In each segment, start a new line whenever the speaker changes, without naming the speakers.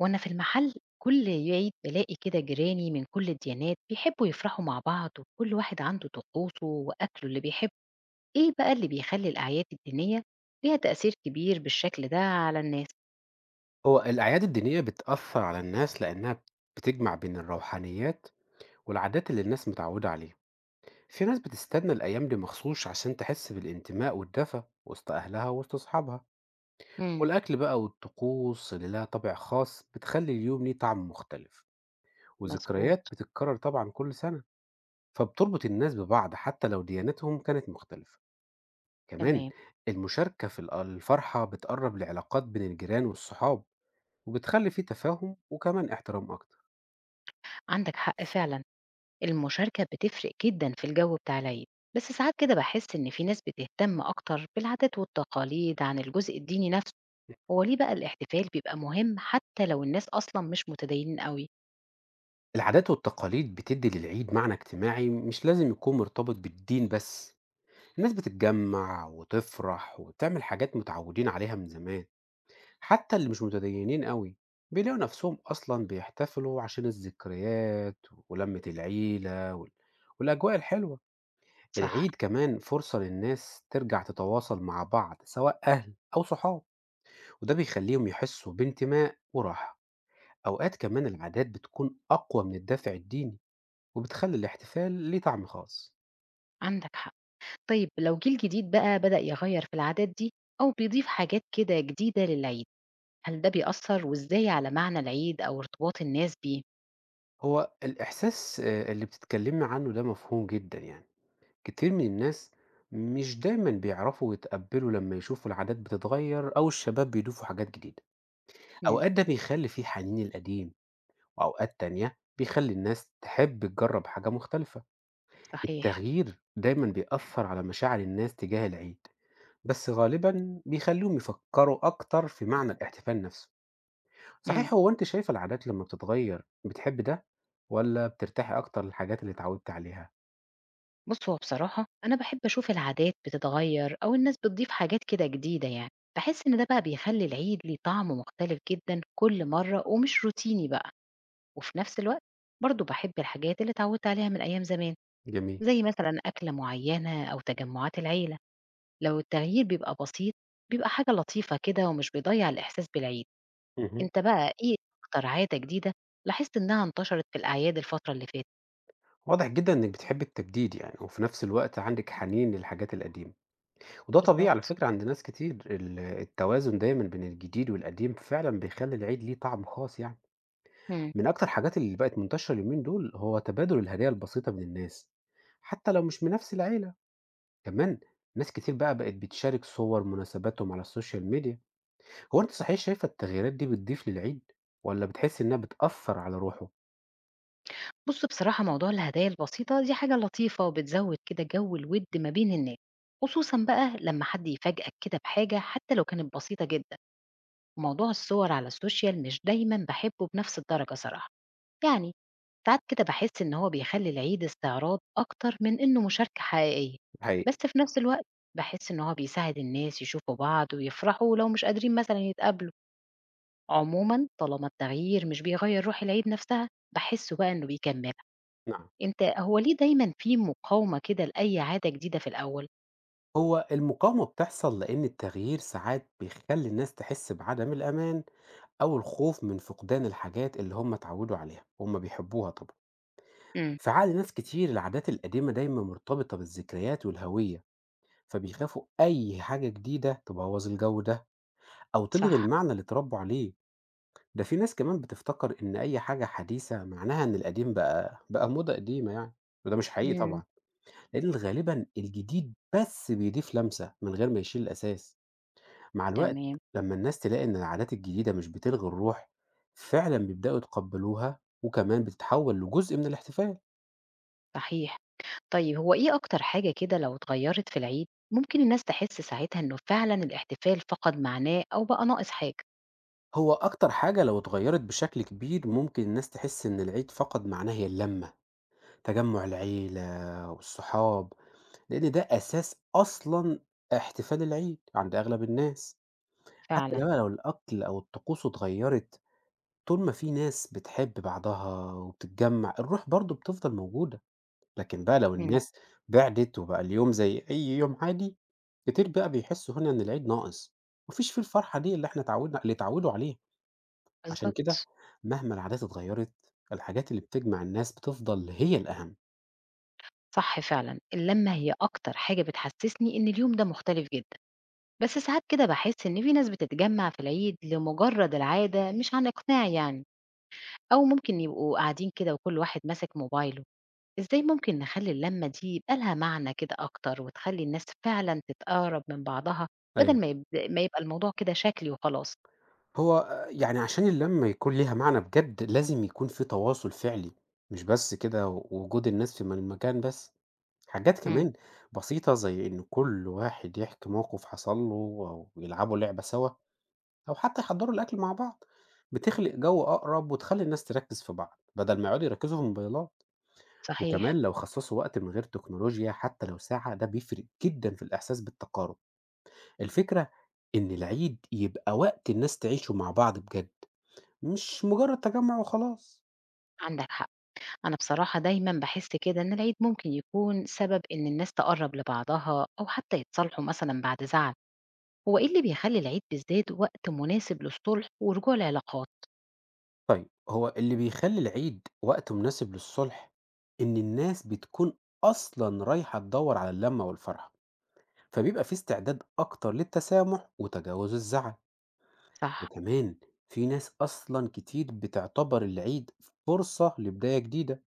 وأنا في المحل كل عيد بلاقي كده جيراني من كل الديانات بيحبوا يفرحوا مع بعض وكل واحد عنده طقوسه وأكله اللي بيحبه. إيه بقى اللي بيخلي الأعياد الدينية ليها تأثير كبير بالشكل ده على الناس؟
هو الأعياد الدينية بتأثر على الناس لأنها بتجمع بين الروحانيات والعادات اللي الناس متعودة عليها. في ناس بتستنى الأيام دي مخصوص عشان تحس بالانتماء والدفى وسط أهلها وسط أصحابها.
امم.
والأكل بقى والطقوس اللي لها طابع خاص بتخلي اليوم ليه طعم مختلف وذكريات
مظبوط.
بتتكرر طبعا كل سنة، فبتربط الناس ببعض حتى لو ديانتهم كانت مختلفة. كمان
تمام.
المشاركة في الفرحة بتقرب العلاقات بين الجيران والصحاب، وبتخلي فيه تفاهم وكمان احترام أكتر.
عندك حق فعلا، المشاركة بتفرق جدا في الجو بتاع العيد، بس ساعات كده بحس إن في ناس بتهتم أكتر بالعادات والتقاليد عن الجزء الديني نفسه. هو ليه بقى الاحتفال بيبقى مهم حتى لو الناس أصلا مش متدينين قوي؟
العادات والتقاليد بتدي للعيد معنى اجتماعي مش لازم يكون مرتبط بالدين بس، الناس بتتجمع وتفرح وتعمل حاجات متعودين عليها من زمان. حتى اللي مش متدينين قوي بيلاقوا نفسهم أصلا بيحتفلوا عشان الذكريات ولمة العيلة والأجواء الحلوة.
صح.
العيد كمان فرصة للناس ترجع تتواصل مع بعض سواء أهل أو صحاب، وده بيخليهم يحسوا بانتماء وراحة. أوقات كمان العادات بتكون أقوى من الدافع الديني وبتخلّي الاحتفال ليه طعم خاص.
عندك حق. طيب لو جيل جديد بقى بدأ يغير في العادات دي أو بيضيف حاجات كده جديدة للعيد، هل ده بيأثر وإزاي على معنى العيد أو ارتباط الناس بيه؟
هو الإحساس اللي بتتكلّمي عنّه ده مفهوم جدًا يعني، كتير من الناس مش دايمًا بيعرفوا يتقبّلوا لمّا يشوفوا العادات بتتغيّر أو الشباب بيضيفوا حاجات جديدة.
مم.
أوقات ده بيخلّي في حنين للقديم وأوقات تانية بيخلّي الناس تحب تجرّب حاجة مختلفة.
صحيح.
التغيير دايمًا بيأثّر على مشاعر الناس تجاه العيد، بس غالبًا بيخلّيهم يفكّروا أكتر في معنى الاحتفال نَفْسه.
مم.
صحيح، هو أنتِ شايفة العادات لمّا بتتغيّر بتحبّي ده، والّا بترتاحي أكتر للحاجات اللي اتعوّدتِ عليها؟
بص، هو بصراحة أنا بحب أشوف العادات بتتغير أو الناس بتضيف حاجات كده جديدة، يعني بحس إن ده بقى بيخلي العيد ليه طعم مختلف جدا كل مرة ومش روتيني بقى. وفي نفس الوقت برضو بحب الحاجات اللي اتعودت عليها من أيام زمان،
جميل.
زي مثلا أكلة معينة أو تجمعات العيلة. لو التغيير بيبقى بسيط، بيبقى حاجة لطيفة كده ومش بيضيّع الإحساس بالعيد.
اهم.
أنت بقى إيه أكتر عادة جديدة لاحظت إنها انتشرت في الأعياد الفترة اللي فاتت؟
واضح جدًا إنِّك بتحبّي التجديد يعني، وفي نفس الوقت عندِك حنين للحاجات القديمة، وده طبيعي على
بالضبط.
فكرة عند ناس كتير. التوازن دايمًا بين الجديد والقديم فعلًا بيخلّي العيد ليه طعم خاص يعني.
إمم.
من أكتر الحاجات اللي بقت منتشرة اليومين دول هو تبادل الهدايا البسيطة بين الناس، حتى لو مش من نفس العيلة. كمان ناس كتير بقى بقت بتشارك صور مناسباتهم على السوشيال ميديا. هو أنتِ صحيح شايفة التغييرات دي بتضيف للعيد، والّا بتحسّي إنها بتأثّر على روحه؟
بُص، بصراحة موضوع الهدايا البسيطة دي حاجة لطيفة وبتزوّد كده جو الوِد ما بين الناس، خصوصًا بقى لمّا حد يفاجئك كده بحاجة حتى لو كانت بسيطة جدًا. وموضوع الصور على السوشيال مش دايمًا باحبه بنفس الدرجة صراحة. يعني ساعات كده بحس إن هو بيخلي العيد استعراض أكتر من إنه مشاركة حقيقية. بس
الحقيقة،
في نفس الوقت بحس إن هو بيساعد الناس يشوفوا بعض ويفرحوا لو مش قادرين مثلا يتقابلوا. عموما طالما التغيير مش بيغير روح العيد نفسها، بحسه بقى إنه بيكملها.
نعم.
أنت هو ليه دايما في مقاومة كده لأي عادة جديدة في الأول؟
هو المقاومة بتحصل لإن التغيير ساعات بيخلّي الناس تحس بعدم الأمان، أو الخوف من فقدان الحاجات اللي هم اتعودوا عليها، وهم بيحبوها طبعًا.
امم.
في عقل ناس كتير العادات القديمة دايمًا مرتبطة بالذكريات والهوية، فبيخافوا أي حاجة جديدة تبوّظ الجو ده، أو تلغي
صح.
المعنى اللي اتربوا عليه. ده في ناس كمان بتفتكر إن أي حاجة حديثة معناها إن القديم بقى موضة قديمة يعني، وده مش حقيقي
امم.
طبعًا، لأن غالبًا الجديد بس بيضيف لمسة من غير ما يشيل الأساس. مع الوقت
تمام.
لما الناس تلاقي إن العادات الجديدة مش بتلغي الروح، فعلًا بيبدأوا يتقبلوها وكمان بتتحول لجزء من الاحتفال.
صحيح. طيب هو إيه أكتر حاجة كده لو اتغيّرت في العيد، ممكن الناس تحس ساعتها إنه فعلًا الاحتفال فقد معناه أو بقى ناقص حاجة؟
هو أكتر حاجة لو اتغيرت بشكل كبير ممكن الناس تحس إن العيد فقد معناه هي اللمة، تجمع العيلة والصحاب، لإن ده أساس أصلًا احتفال العيد عند أغلب الناس. حتى
فعلًا.
بقى لو الأكل أو الطقوس اتغيّرت، طول ما في ناس بتحب بعضها وبتتجمّع، الروح برضه بتفضل موجودة. لكن بقى لو
إمم.
الناس بِعدِت وبقى اليوم زي أي يوم عادي، كتير بقى بيحسّوا هنا إن العيد ناقص، ما فيش فيه الفرحة دي اللي إحنا اتعوّدنا اللي اتعوّدوا عليها. عشان كده
بالضبط.
مهما العادات اتغيّرت، الحاجات اللي بتجمع الناس بتفضل هي الأهم.
صح فعلًا، اللمة هي أكتر حاجة بتحسسني إن اليوم ده مختلف جدًا. بس ساعات كده باحس إن في ناس بتتجمّع في العيد لمجرد العادة مش عن إقناع، يعني أو ممكن يبقوا قاعدين كده وكل واحد ماسك موبايله. إزاي ممكن نخلّي اللمة دي يبقى لها معنى كده أكتر، وتخلّي الناس فعلًا تتقرّب من بعضها،
أيوه.
بدل ما يبقى الموضوع كده شكلي وخلاص؟
هو يعني عشان اللمة يكون ليها معنى بجد لازم يكون في تواصل فعلي، مش بس كده وجود الناس في المكان بس. حاجات
إمم.
كمان بسيطة زي إن كل واحد يحكي موقف حصل له أو يلعبوا لعبة سوا أو حتى يحضروا الأكل مع بعض، بتخلق جو أقرب وتخلي الناس تركز في بعض بدل ما يقعدوا يركزوا في الموبايلات.
صحيح.
وكمان لو خصصوا وقت من غير تكنولوجيا حتى لو ساعة ده بيفرق جدًا في الإحساس بالتقارب. الفكرة إن العيد يبقى وقت الناس تعيشه مع بعض بجد، مش مجرد تجمع وخلاص.
عندك حق. أنا بصراحة دايمًا باحس كده إن العيد ممكن يكون سبب إن الناس تقرّب لبعضها، أو حتى يتصالحوا مثلًا بعد زعل. هو إيه اللي بيخلّي العيد بالذات وقت مناسب للصلح ورجوع العلاقات؟
طيب، هو اللي بيخلي العيد وقت مناسب للصلح إن الناس بتكون أصلا رايحة تدور على اللمة والفرحة، فبيبقى في استعداد أكتر للتسامح وتجاوز الزعل.
صح.
وكمان في ناس أصلا كتير بتعتبر العيد فرصة لبداية جديدة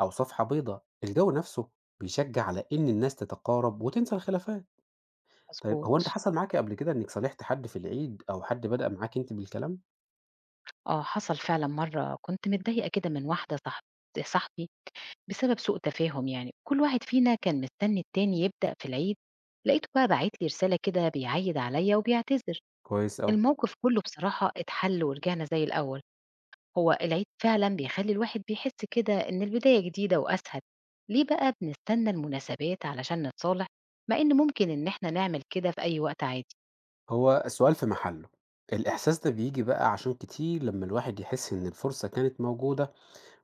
أو صفحة بيضاء. الجو نفسه بيشجع على إن الناس تتقارب وتنسى الخلافات. طيب هو أنت
مضبوط.
حصل معاك قبل كده إنك صالحت حد في العيد أو حد بدأ معاك أنت بالكلام؟
آه، حصل فعلًا. مرّة كنت متضايقة كده من واحدة صاحبي بسبب سوء تفاهم، يعني كل واحد فينا كان مستني التاني يبدأ في العيد. لقيته بقى بعت لي رسالة كده بيعيد عليا وبيعتذر.
كويس أوي.
الموقف كله بصراحة اتحل ورجعنا زي الأول. هو العيد فعلا بيخلي الواحد بيحس كده إن البداية جديدة وأسهل. ليه بقى بنستنى المناسبات علشان نتصالح، مع إن ممكن إن إحنا نعمل كده في أي وقت عادي؟
هو السؤال في محله، الإحساس ده بيجي بقى عشان كتير لما الواحد يحس إن الفرصة كانت موجودة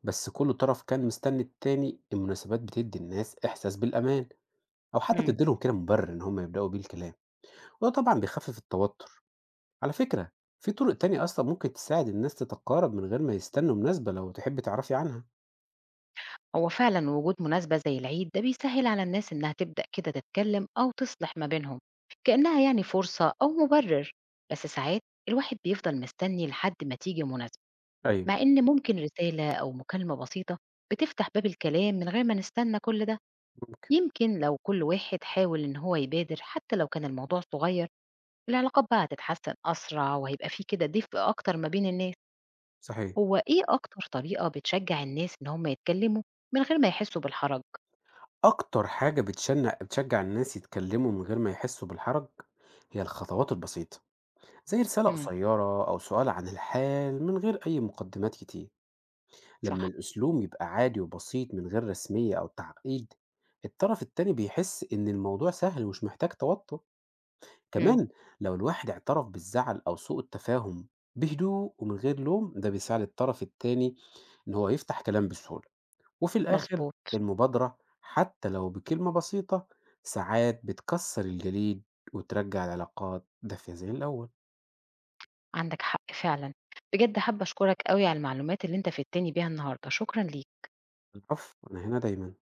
بس كل طرف كان مستني التاني. المناسبات بتدي الناس إحساس بالأمان أو حتى تديلهم كده مبرر إن هم يبدأوا بيه الكلام، وده طبعا بيخفف التوتر. على فكرة في طرق تانية أصلا ممكن تساعد الناس تتقارب من غير ما يستنوا مناسبة لو تحب تعرفي عنها.
هو فعلا وجود مناسبة زي العيد ده بيسهل على الناس إنها تبدأ كده تتكلم أو تصلح ما بينهم، كأنها يعني فرصة أو مبرر. بس ساعات الواحد بيفضل مستني لحد ما تيجي مناسبة،
ايوه.
مع إن ممكن رسالة أو مكالمة بسيطة بتفتح باب الكلام من غير ما نستنى كل ده. يمكن لو كل واحد حاول إن هو يبادر حتى لو كان الموضوع صغير، العلاقات بقى هتتحسن أسرع وهيبقى فيه كده دفء أكتر ما بين الناس.
صحيح.
هو إيه أكتر طريقة بتشجع الناس إن هم يتكلموا من غير ما يحسوا بالحرج؟
أكتر حاجة بتشجع الناس يتكلموا من غير ما يحسوا بالحرج هي الخطوات البسيطة، زي رسالة
مم.
قصيرة أو سؤال عن الحال من غير أي مقدمات كتير. لما
صح.
الأسلوب يبقى عادي وبسيط من غير رسمية أو تعقيد، الطرف التاني بيحس إن الموضوع سهل ومش محتاج توتر.
إمم.
كمان لو الواحد اعترف بالزعل أو سوء التفاهم بهدوء ومن غير لوم، ده بيساعد الطرف التاني إن هو يفتح كلام بسهولة. وفي الآخر
مضبوط.
المبادرة حتى لو بكلمة بسيطة ساعات بتكسر الجليد وترجع العلاقات دافية زي الأول.
عندك حق فعلًا. بجد حابة أشكرك أوي على المعلومات اللي أنت فدتني بيها النهارده، شكرًا ليك.
العفو، أنا هنا دايما.